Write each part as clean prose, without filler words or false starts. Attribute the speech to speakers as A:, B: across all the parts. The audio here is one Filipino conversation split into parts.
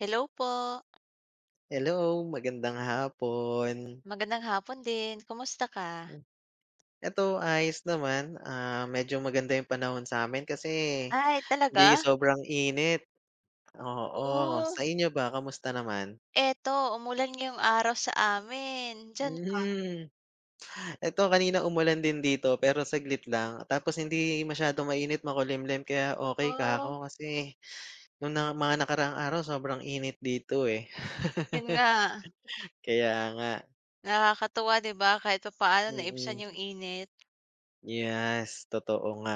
A: Hello po,
B: Hello, magandang hapon.
A: magandang hapon din, kumusta ka?
B: Hmm, Eto ayos naman, ah, medyo maganda yung panahon sa'min kasi
A: Ay
B: hindi
A: talaga?
B: sobrang init, oo.
A: Oo.
B: Sa inyo ba, kamusta naman?
A: Eto umulan ngayong araw sa amin, diyan pa?
B: Hmm, Eto kanina umulan din dito pero saglit lang tapos hindi masyadong mainit, makulimlim kaya okey ka
A: Oo.
B: ako kasi nung na mga nakaraang araw sobrang init dito, eh.
A: Yun nga,
B: Kaya nga,
A: nakakatuwa 'di ba kahit pa paano
B: mm.
A: naibsan yung init.
B: Yes, totoo nga.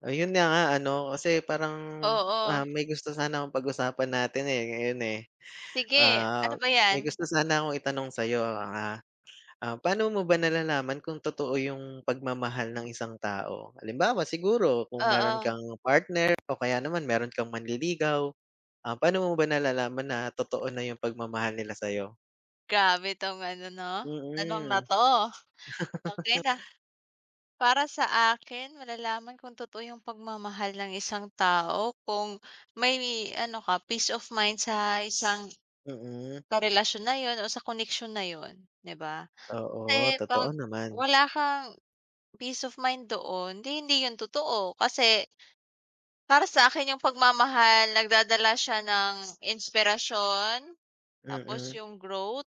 B: Ayun na nga ano, kasi parang,
A: Oo,
B: ah, may gusto sana akong pag-usapan natin, eh, ngayon, eh.
A: sige ano
B: Ah,
A: ba 'yan?
B: may gusto sana akong itanong sa'yo, ah, ah, paano mo ba nalalaman kung totoo yung pagmamahal ng isang tao? Halimbawa siguro kung meron
A: Oo,
B: kang partner o kaya naman meron kang manliligaw, ah, paano mo ba nalalaman na totoo na yung pagmamahal nila sa'yo?
A: grabe 'tong ano 'no, tanong na
B: Mm,
A: 'to. Okey na, para sa akin malalaman kung totoo yung pagmamahal ng isang tao kung may ano ka, peace of mind sa isang
B: mm.
A: Sa relasyon na yun o sa koneksyon na yun, 'di ba?
B: Oo,
A: Kasi
B: totoo
A: 'pag
B: naman.
A: wala kang peace of mind doon, hindi yun totoo. Kasi para sa akin yung pagmamahal nagdadala siya ng inspirasyon, tapos
B: Mm,
A: yung growth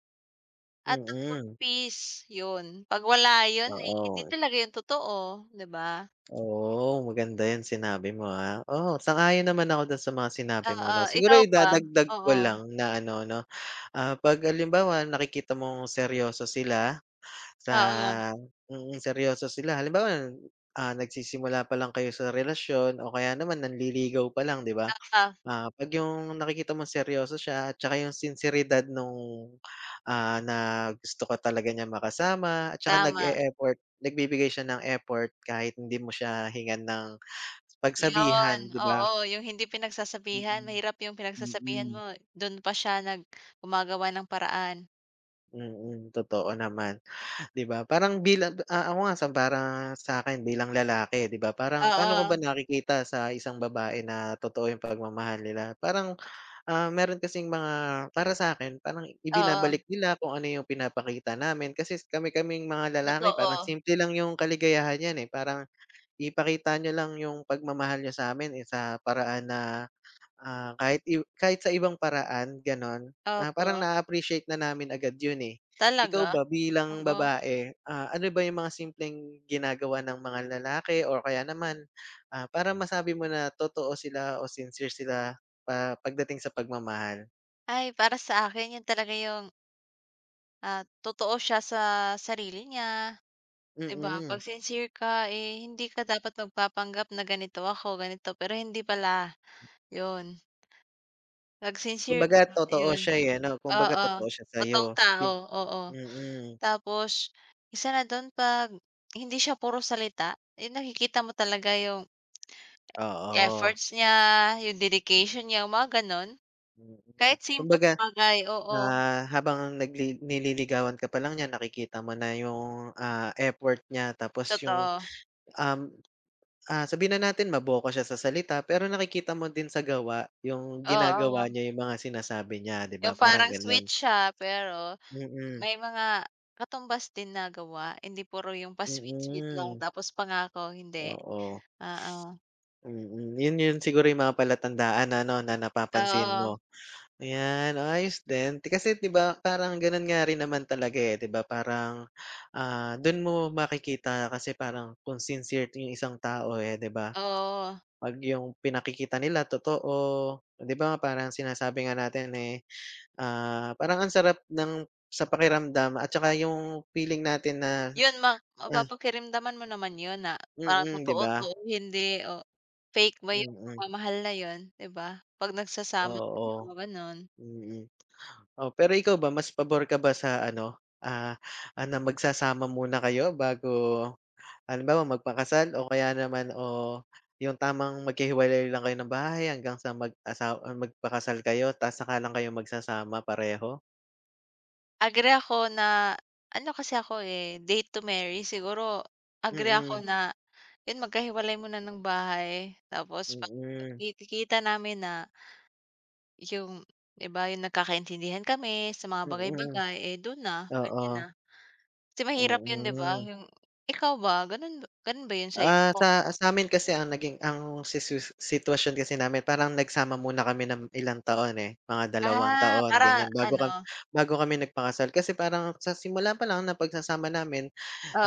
A: at tapos
B: mm.
A: peace, yun. 'Pag wala yun, eh, hindi
B: Oo.
A: talaga yun totoo, 'di ba?
B: Oo, maganda 'yung sinabi mo, ah. Oo, sang-ayon naman ako do'n sa mga sinabi mo
A: Oo,
B: 'no. Siguro
A: ikaw ba?
B: idadagdag ko
A: Oo,
B: lang na ano 'no, ah, 'pag halimbawa nakikita mong seryoso sila sa
A: oo.
B: seryoso sila. Halimbawa, ah, nagsisimula pa lang kayo sa relasyon o kaya naman nanliligaw pa lang, 'di ba?
A: Ah,
B: Ah, 'pag yung nakikita mong seryoso siya at saka yung sinseridad nung, ah, na gusto ka talaga niya makasama at saka
A: tama.
B: nag-e-effort, nagbibigay siya ng effort kahit hindi mo siya hingan ng
A: Yun,
B: pagsabihan, 'di ba?
A: oo, yung hindi pinagsasabihan,
B: Mm,
A: mahirap yung pinagsasabihan
B: mm.
A: mo, dun pa siya gumagawa ng paraan.
B: Mm, totoo naman. 'Di ba parang bilang ah, ako nga sa para sa'kin bilang lalaki 'di ba parang paano ko ba
A: Oo,
B: nakikita sa isang babae na totoo yung pagmamahal nila? Parang, ah, meron kasing mga para sa'kin parang
A: oo,
B: ibinabalik nila kung ano yung pinapakita namin kasi kami-kaming mga lalaki parang
A: totoo.
B: simple lang yung kaligayahan niyan, eh, parang ipakita niyo lang yung pagmamahal niyo sa'min, eh, sa paraan na Ah, kahit kahit sa ibang paraan gano'n, ah, parang
A: Opo,
B: na-a-appreciate na namin agad 'yun, eh. Ikaw
A: talaga?
B: ba bilang
A: Oo.
B: babae, ah, ano ba yung mga simpleng ginagawa ng mga lalaki or kaya naman, ah, para masabi mo na totoo sila o sincere sila pa pagdating sa pagmamahal?
A: Ay, para sa akin yun talaga yung, totoo siya sa sarili niya, 'di ba? 'Pag
B: Mm,
A: sincere ka, eh, hindi ka dapat magpapanggap na ganito ako, ganito, pero hindi pala, yun. 'Pag sincere ka,
B: kumbaga totoo
A: yun.
B: siya, eh, ano, kumbaga
A: Oo,
B: totoo siya sa'yo,
A: totoong tao, oo.
B: mm,
A: Tapos isa na dun 'pag hindi siya puro salita, yung nakikita mo talaga yung
B: oo,
A: efforts niya, yung dedication niya, yung mga gano'n.
B: mm.
A: Kahit simpleng
B: Kumbaga
A: bagay, oo,
B: Ah, habang nililigawan ka pa lang niya nakikita mo na yung, ah, effort niya tapos yung,
A: totoo.
B: um, ah, sabihin na natin maboka siya sa salita pero nakikita mo din sa gawa yung
A: Oo,
B: ginagawa niya yung mga sinasabi niya 'di ba
A: yung
B: parang
A: parang sweet
B: gano'n.
A: siya pero
B: Mm,
A: may mga katumbas din na gawa, hindi puro yung pa-sweet-sweet lang
B: mm,
A: tapos pangako, hindi.
B: oo.
A: Oo,
B: Mm, yun yun siguro yung mga palatandaan na ano na napapansin
A: oo,
B: mo. Ayan, ayos din. Kasi 'di ba parang gano'n nga rin naman talaga, eh, 'di ba parang, ah, do'n mo makikita kasi parang kung sincere yung isang tao, eh, 'di ba?
A: oo.
B: 'Pag yung pinakikita nila totoo, 'di ba parang sinasabi nga natin, eh, ah, parang ang sarap sa pakiramdam at saka yung feeling natin na,
A: Yun ma
B: ah
A: mapapakiramdaman mo naman yun na
B: mm,
A: parang
B: mm, 'di
A: totoo
B: ba?
A: to o hindi o fake ba yung
B: Mm, mm.
A: pagmamahal na yun, 'di ba? 'Pag nagsasama
B: Oo,
A: kayo ganun.
B: mm. Mm. Oh, pero ikaw ba mas pabor ka ba sa ano, ah, ah, na magsasama muna kayo bago halimbawa magpakasal o kaya naman o yung tamang maghihiwalay lang kayo ng bahay hanggang sa magpakasal kayo ta's saka lang kayo magsasama pareho?
A: Agree ako na ano kasi ako, eh, date to marry siguro agree ako
B: Mm,
A: na yun magkahiwalay muna ng bahay tapos 'pag
B: mm,
A: nakikita namin na yung 'di ba yung nagkakaintindihan kami sa mga
B: mm,
A: bagay-bagay, eh, dun na, pwede
B: oo,
A: na. Kasi mahirap yun 'di ba?
B: mm.
A: Yung ikaw ba ganun ganun ba yun sa'yo?
B: Ah, sa'min kasi ang naging ang sisus sitwasyon kasi namin parang nagsama muna kami ng ilang taon, eh, mga dalawang
A: Ah,
B: taon
A: para
B: ganyan bago
A: ano
B: bago kami nagpakasal. Kasi parang sa simula pa lang ng pagsasama namin.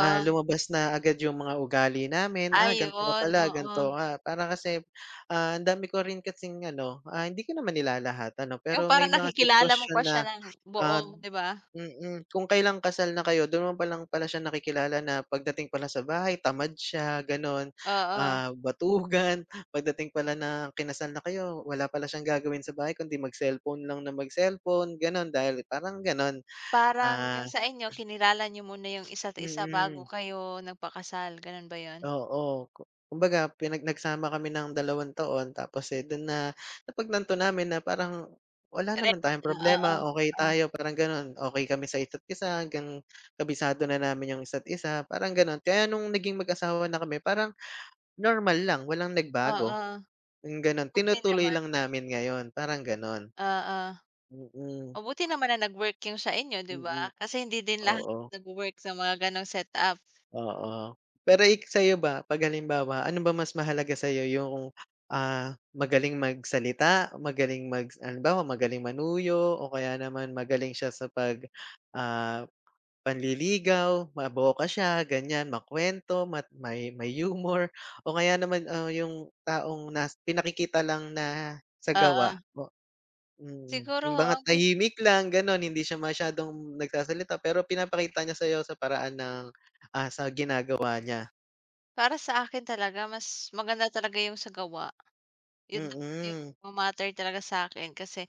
B: Ah, lumabas na agad yung mga ugali namin,
A: ah,
B: "Ah, gan'to ka
A: yun,
B: pala,
A: oo.
B: gan'to ka." Para kasi, ah, ang dami ko rin kasing ano, ah, hindi ko naman nilalahat ano,
A: Yung
B: pero
A: parang
B: may mga
A: nakikilala mo
B: sitwasyon
A: pa
B: na,
A: siya ng
B: ah
A: buong 'di ba?
B: kung kailang kasal na kayo dun mo palang pala siya nakikilala na pagdating pala sa bahay tamad siya gano'n,
A: Oo,
B: ah, batugan, pagdating pala na kinasal na kayo wala pala siyang gagawin sa bahay kundi mag-cellphone lang ng mag-cellphone gano'n dahil parang gano'n.
A: parang
B: Ah,
A: yung sa inyo kinilala niyo muna yung isa't isa bago
B: mm.
A: kayo nagpakasal, ganun ba yun?
B: Oo, kumbaga nagsama kami ng dalawang taon tapos, eh, dun na napagnanto namin na parang wala
A: Re
B: naman tayong
A: Oo,
B: problema, okay
A: oo,
B: tayo parang gano'n, okay kami sa isa't isa hanggang kabisado na namin yung isa't isa, parang gano'n. Kaya nung naging mag-asawa na kami parang normal lang, walang nagbago,
A: oo,
B: yung gano'n.
A: buti
B: Tinutuloy
A: naman,
B: lang namin ngayon, parang gano'n.
A: oo.
B: Mm,
A: Mabuti naman na nag-work yung sa inyo 'di ba?
B: mm,
A: Kasi hindi din lahat
B: oo.
A: nagwo-work sa mga ganong setup,
B: Oo. Pero sa'yo ba 'pag halimbawa, ano ba mas mahalaga sa'yo yung, ah, magaling magsalita, magaling halimbawa magaling manuyo o kaya naman magaling siya sa 'pag, ah, panliligaw, maboka siya ganyan, makuwento, mat may may humor o kaya naman, ah, yung taong pinakikita lang na sa
A: oo.
B: gawa? Mm,
A: Siguro
B: yung mga
A: ang pin
B: tahimik lang gano'n, hindi siya masyadong nagsasalita pero pinapakita niya sa'yo sa paraan ng, ah, sa ginagawa niya.
A: Para sa akin talaga mas maganda talaga yung sa gawa. Yun talaga yung
B: Mm,
A: ma-matter talaga sa'kin kasi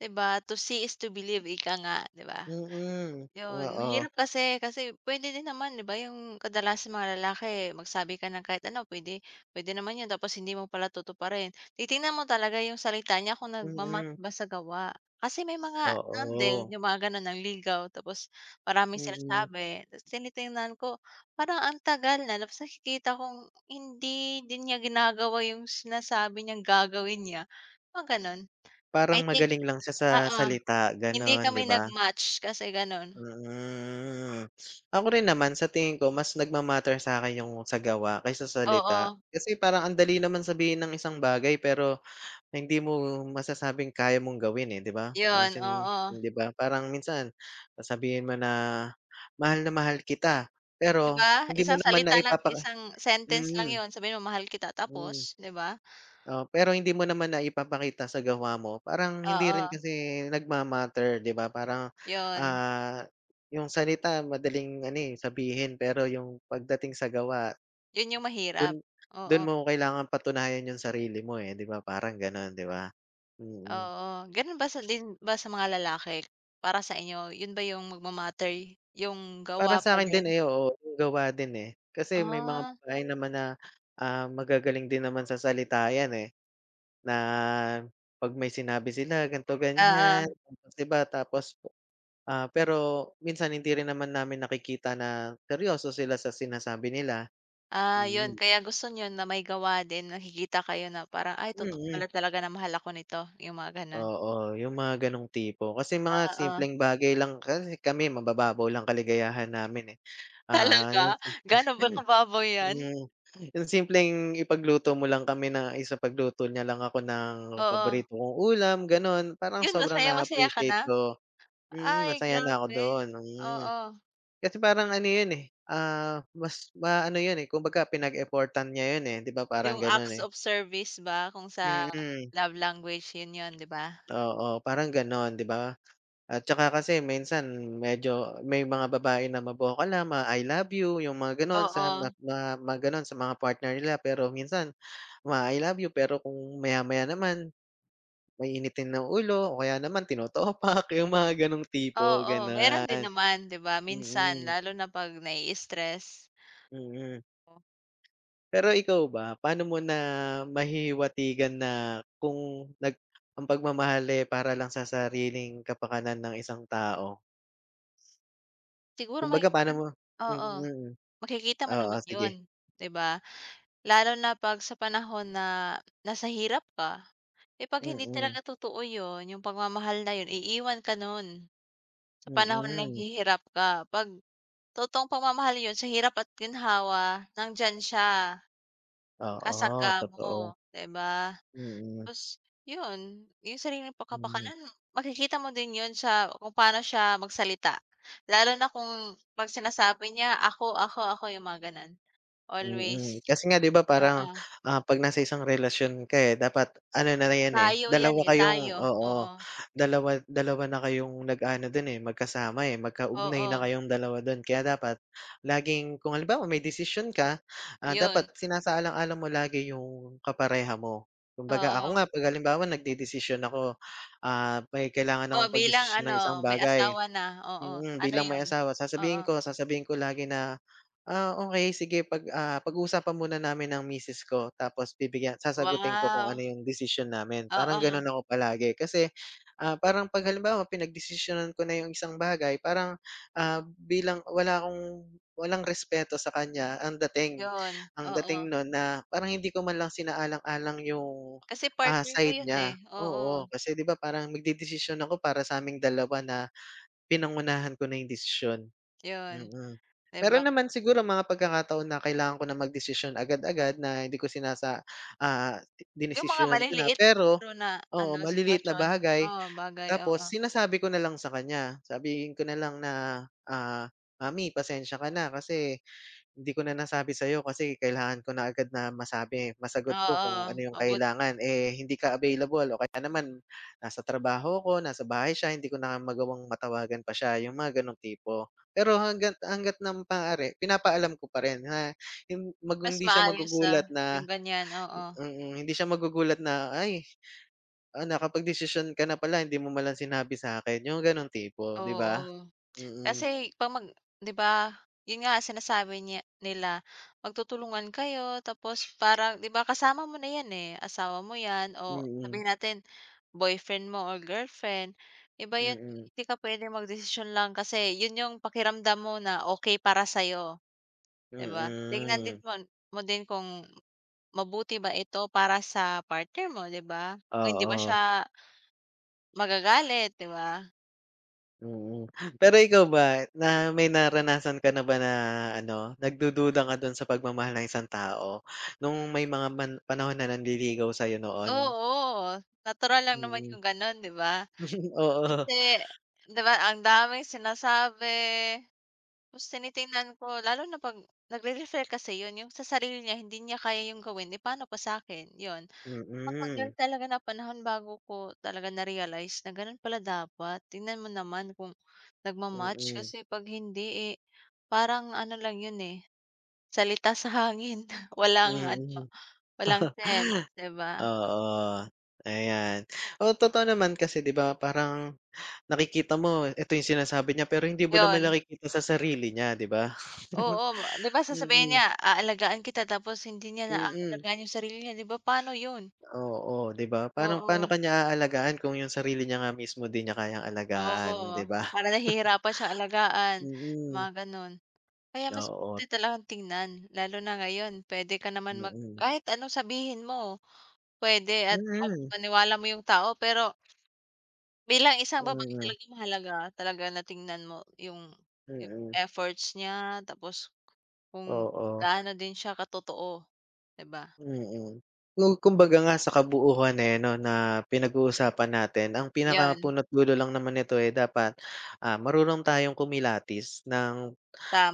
A: 'di ba, "To see is to believe," ika nga, 'di ba?
B: mm,
A: Yun,
B: oo,
A: mahirap kasi pwede din naman 'di ba yung kadalasan mga lalaki magsabi ka ng kahit ano pwede pwede naman yun tapos hindi mo pala tutuparin. Titingnan mo talaga yung salita niya kung match
B: mm,
A: ba sa gawa. Kasi may mga ano din,
B: oo,
A: yung mga gano'n nanligaw tapos maraming
B: mm.
A: sinasabi tapos tinitingnan ko parang ang tagal na tapos nakikita kong hindi din niya ginagawa yung sinasabi niyang gagawin niya, mga gano'n. I
B: Parang
A: think
B: magaling lang siya sa
A: oo,
B: salita
A: hindi
B: gano'n, 'di
A: kami
B: ba?
A: nag-match kasi gano'n,
B: Mm. Ako rin naman sa tingin ko mas nagma-matter sa'kin yung sa gawa kaysa salita.
A: oo.
B: Kasi parang ang dali naman sabihin ng isang bagay pero hindi mo masasabing kaya mong gawin, eh, 'di ba? Parang
A: Yun, oo,
B: 'di ba, parang minsan sasabihin mo na mahal kita,"
A: 'di
B: pero
A: ba?
B: hindi mo
A: Isang
B: naman
A: salita lang, isang sentence lang
B: mm,
A: yun, sabihin mo mahal kita
B: hmm,
A: tapos, 'di ba?
B: oo, pero hindi mo naman naipapakita sa gawa mo, parang hindi
A: Oo,
B: rin kasi nagma-matter, 'di ba? Parang,
A: yun.
B: ah, yung salita madaling ano, eh, sabihin pero yung pagdating sa gawa
A: Yun yung
B: dun
A: mahirap, oo,
B: dun mo kailangang patunayan yung sarili mo, eh, 'di ba, parang gano'n, 'di ba? Mm. Mm.
A: oo. Ganun ba din ba sa mga lalaki para sa inyo? Yun ba yung magma-matter, yung
B: Para
A: gawa pa
B: sa'kin din,
A: din?
B: eh, oo, yung gawa din, eh. Kasi may mga
A: Ah,
B: babae naman na, ah, magagaling din naman sa salita 'yan, eh, na 'pag may sinabi sila ganito,
A: oo.
B: ganiyan, tapos iba tapos, ah, pero minsan hindi rin naman namin nakikita na seryoso sila sa sinasabi nila.
A: Ah, yun
B: Mm,
A: kaya gusto niyo na may gawa din, nakikita kayo na parang, "Ay totoo
B: mm,
A: pala talaga na mahal ako nito," yung mga ganun?
B: oo, yung mga gano'ng tipo. Kasi mga
A: Oo,
B: simpleng bagay lang kasi kami mabababaw lang kaligayahan namin, eh. Ah,
A: talaga? Gaano ba kababaw yan?
B: Hmm, yung simpleng ipagluto mo lang kami na isapagluto niya lang ako ng
A: Oo.
B: paborito kong ulam gano'n, parang
A: Yun
B: sobrang
A: masaya, masaya ka
B: na-appreciate
A: na?
B: ko.
A: Ay
B: Masaya na ako
A: grabe,
B: doon, hmm.
A: oo.
B: Kasi parang ano yun, eh, ah, mas maano yun, eh, kumbaga pinag-effortan niya yun, eh, 'di ba parang
A: Yung
B: gano'n,
A: acts
B: eh.
A: of service ba kung sa
B: Mm,
A: love language yun yun, 'di ba?
B: oo, parang gano'n 'di ba? At saka kasi minsan medyo may mga babae na maboka lang, mga I love you, yung mga gano'n
A: Oo,
B: sa ma ma mga gano'n sa mga partner nila pero minsan ma-I love you, pero kung maya-maya naman maiinitin ng ulo o kaya naman tinotopak, yung mga ganong tipo,
A: oo, meron din
B: gano'n.
A: naman, 'di ba, minsan
B: Mm,
A: lalo na 'pag nai-stress.
B: mm.
A: Oo.
B: Pero ikaw ba, paano mo na mahihiwatigan na kung ang pagmamahal, eh, para lang sa sariling kapakanan ng isang tao?
A: Siguro
B: Kumbaga paano
A: makikita
B: mo,
A: oo,
B: mm,
A: makikita mo
B: oo,
A: naman
B: sige.
A: yun, 'di ba? Lalo na 'pag sa panahon na nasa hirap ka. Eh, 'pag hindi
B: Mm,
A: talaga totoo yun, yung pagmamahal na yun, iiwan ka nun. Sa panahon na
B: mm.
A: naghihirap ka, 'pag totoong pagmamahal yun, sa hirap at ginhawa, nandiyan siya, kasangga
B: Oo, totoo.
A: mo, 'di ba?
B: Mm,
A: Tapos yun, yung sariling
B: hmm.
A: pagkapakanan makikita mo din yun sa kung paano siya magsalita. Lalo na kung 'pag sinasabi niya, "Ako, ako, ako," yung mga gano'n, always.
B: Kasi nga 'di ba parang,
A: Oo,
B: ah, 'pag nasa isang relasyon ka, eh, dapat ano na na 'yan, eh,
A: tayo yan,
B: dalawa
A: eh, tayo,
B: kayong
A: oo,
B: oo, dalawa dalawa na kayong nag-aano do'n, eh, magkasama, eh, magkaugnay na
A: oo,
B: kayong dalawa do'n. Kaya dapat laging kung halimbawa may desisyon ka, ah,
A: yun,
B: dapat sinasaalang-alang mo lagi yung kapareha mo. Kumbaga
A: oo.
B: ako nga 'pag halimbawa nagdedesisyon ako, ah, may kailangan
A: Oh,
B: akong
A: bilang
B: pagdesisyon ng isang
A: ano, may
B: bagay.
A: asawa na, oo. Ano
B: Bilang may
A: 'yun?
B: asawa
A: Oo.
B: sasabihin ko lagi na, "Ah, okey sige pag-uusapan muna namin ng misis ko tapos sasagutin ko kung
A: Wow,
B: ano yung desisyon namin." Parang
A: oo,
B: gano'n ako palagi kasi, ah, parang 'pag halimbawa pinagdesisyonan ko na yung isang bagay parang, ah, bilang walang respeto sa kanya ang dating
A: 'yun,
B: ang
A: oo.
B: dating no'n na parang hindi ko man lang sinaalang-alang yung,
A: Kasi
B: ah,
A: partner mo
B: side
A: 'yun, eh,
B: niya.
A: oo,
B: Oo, kasi 'di ba parang magdedesisyon ako para sa'ming dalawa na pinangunahan ko na yung desisyon,
A: 'yun,
B: mm.
A: 'di ba?
B: Meron naman siguro mga pagkakataon na kailangan ko na magdesisyon agad-agad na hindi ko ah,
A: Yung mga
B: dinesisyonan ko na
A: maliliit
B: pero
A: siguro na
B: oo,
A: ano,
B: maliliit na
A: sitwasyon,
B: bagay
A: oo, bagay,
B: tapos
A: oo.
B: sinasabi ko na lang sa kanya, sabihin ko na lang na, ah, "Mami pasensya ka na kasi, hindi ko na nasabi sa'yo kasi kailangan ko na agad na masabi, masagot ko kung ano
A: Oo,
B: yung
A: mabuti
B: kailangan, eh, hindi ka available o kaya naman nasa trabaho ko nasa bahay siya, hindi ko na magawang matawagan pa siya, yung mga gano'ng tipo. Pero hangga't ng maaari pinapaalam ko pa rin na
A: mas
B: hindi siya
A: maayos na yung ganiyan, oo,
B: hindi siya magugulat na, "Ay, ah, nakapagdesisyon ka na pala hindi mo man lang sinabi sa'kin," yung gano'ng tipo, 'di ba?
A: oo.
B: Mm,
A: Kasi 'pag mag 'di ba, 'yun nga sinasabi nila magtutulungan kayo tapos parang 'di ba kasama mo na 'yan, eh, asawa mo 'yan o
B: mm,
A: sabihin natin boyfriend mo or girlfriend, iba 'yun,
B: mm,
A: hindi ka puwedeng magdesisyon lang kasi 'yun 'yung pakiramdam mo na okay para sa'yo,
B: mm,
A: 'di ba? Tingnan din
B: mm.
A: mo mo din kung mabuti ba ito para sa partner mo, 'di ba? Kung hindi ba
B: Oo.
A: siya magagalit, 'di ba?
B: Mm. Pero ikaw ba, na may naranasan ka na ba na ano, nagdududa ka dun sa pagmamahal ng isang tao nung may mga man panahon na nanliligaw sa'yo noon?
A: Oo, natural lang naman
B: Mm.
A: 'yung gano'n, 'di ba?
B: Oo.
A: Kasi 'di ba ang daming sinasabi, tapos tinitingnan ko lalo na 'pag nagre-refer kasi 'yun, yung sa sarili niya hindi niya kaya yung gawin, eh, paano pa sa'kin, 'yun. Matagal
B: Mm,
A: talaga na panahon bago ko talaga na-realize na gano'n pala dapat, tingnan mo naman kung nagmamatch
B: mm,
A: kasi 'pag hindi, eh, parang ano lang 'yun, eh, salita sa hangin walang ano,
B: mm.
A: walang sense, 'di ba?
B: Oo, ayan. Oo, totoo naman kasi 'di ba parang nakikita mo eto yung sinasabi niya pero hindi mo naman
A: 'Yun.
B: nakikita sa sarili niya 'di ba?
A: Oo, 'di ba sasabihin
B: Mm,
A: niya, "Aalagaan kita," tapos hindi niya
B: mm.
A: naaalagaan yung sarili niya, 'di ba paano yun?
B: Oo, 'di ba? Paano paano
A: Oo,
B: niya aalagaan kung yung sarili niya nga mismo di niya kayang alagaan, 'di
A: oo,
B: ba?
A: parang nahihirapan siya alagaan,
B: Mm,
A: mga gano'n. Kaya mas
B: oo,
A: mabuti talagang tingnan, lalo na ngayon pwede ka naman
B: mm.
A: kahit anong sabihin mo, pwede at
B: Mm,
A: mapagpaniwala mo yung tao pero bilang isang babae
B: mm,
A: talaga mahalaga talaga na tingnan mo yung
B: mm.
A: efforts niya, tapos kung
B: Oo,
A: gaano din siya katotoo, 'di ba?
B: mm. Kung kumbaga nga sa kabuuhan, eh, 'no, na pinag-uusapan natin ang
A: Yun,
B: pinakapunot dulo lang naman nito, eh, dapat, ah, marunong tayong kumilatis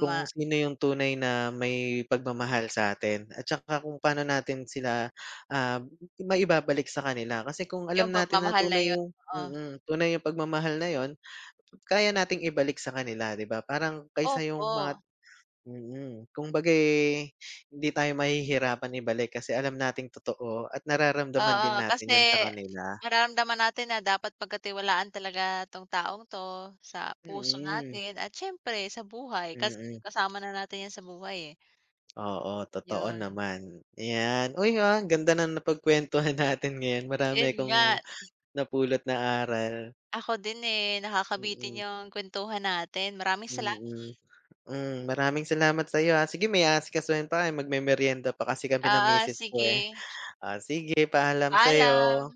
B: kung sino yung tunay na may pagmamahal sa atin at saka kung paano natin sila, ah, maibabalik sa kanila. Kasi kung alam
A: Yung
B: natin na
A: pagmamahal na yun, oo.
B: tunay yung pagmamahal na yon kaya nating ibalik sa kanila, 'di ba? Parang kaysa
A: Opo,
B: yung mga mm. Kumbaga'y hindi tayo mahihirapan ibalik kasi alam nating totoo at nararamdaman
A: oo,
B: din
A: kasi
B: natin yun sa kanila.
A: nararamdaman natin na dapat pagkatiwalaan talaga 'tong taong 'to sa puso
B: Mm,
A: natin at siyempre sa buhay kasi
B: mm.
A: kasama na natin 'yan sa buhay, eh,
B: Oo, totoo
A: yun.
B: naman. Ayan. Uy, ah, ang ganda na napagkuwentuhan natin ngayon. Marami
A: Yun nga,
B: akong napulot na aral.
A: ako din, eh, nakakabitin
B: Mm,
A: yung kuwentuhan natin. Maraming sala
B: mm, hmm, maraming salamat sa'yo, ah. Sige may aasikasuhin pa kami, magmemeryenda pa kasi kami ng
A: ah
B: misis ko, eh.
A: Sige,
B: Oh, sige, paalam
A: paalam.
B: sa'yo.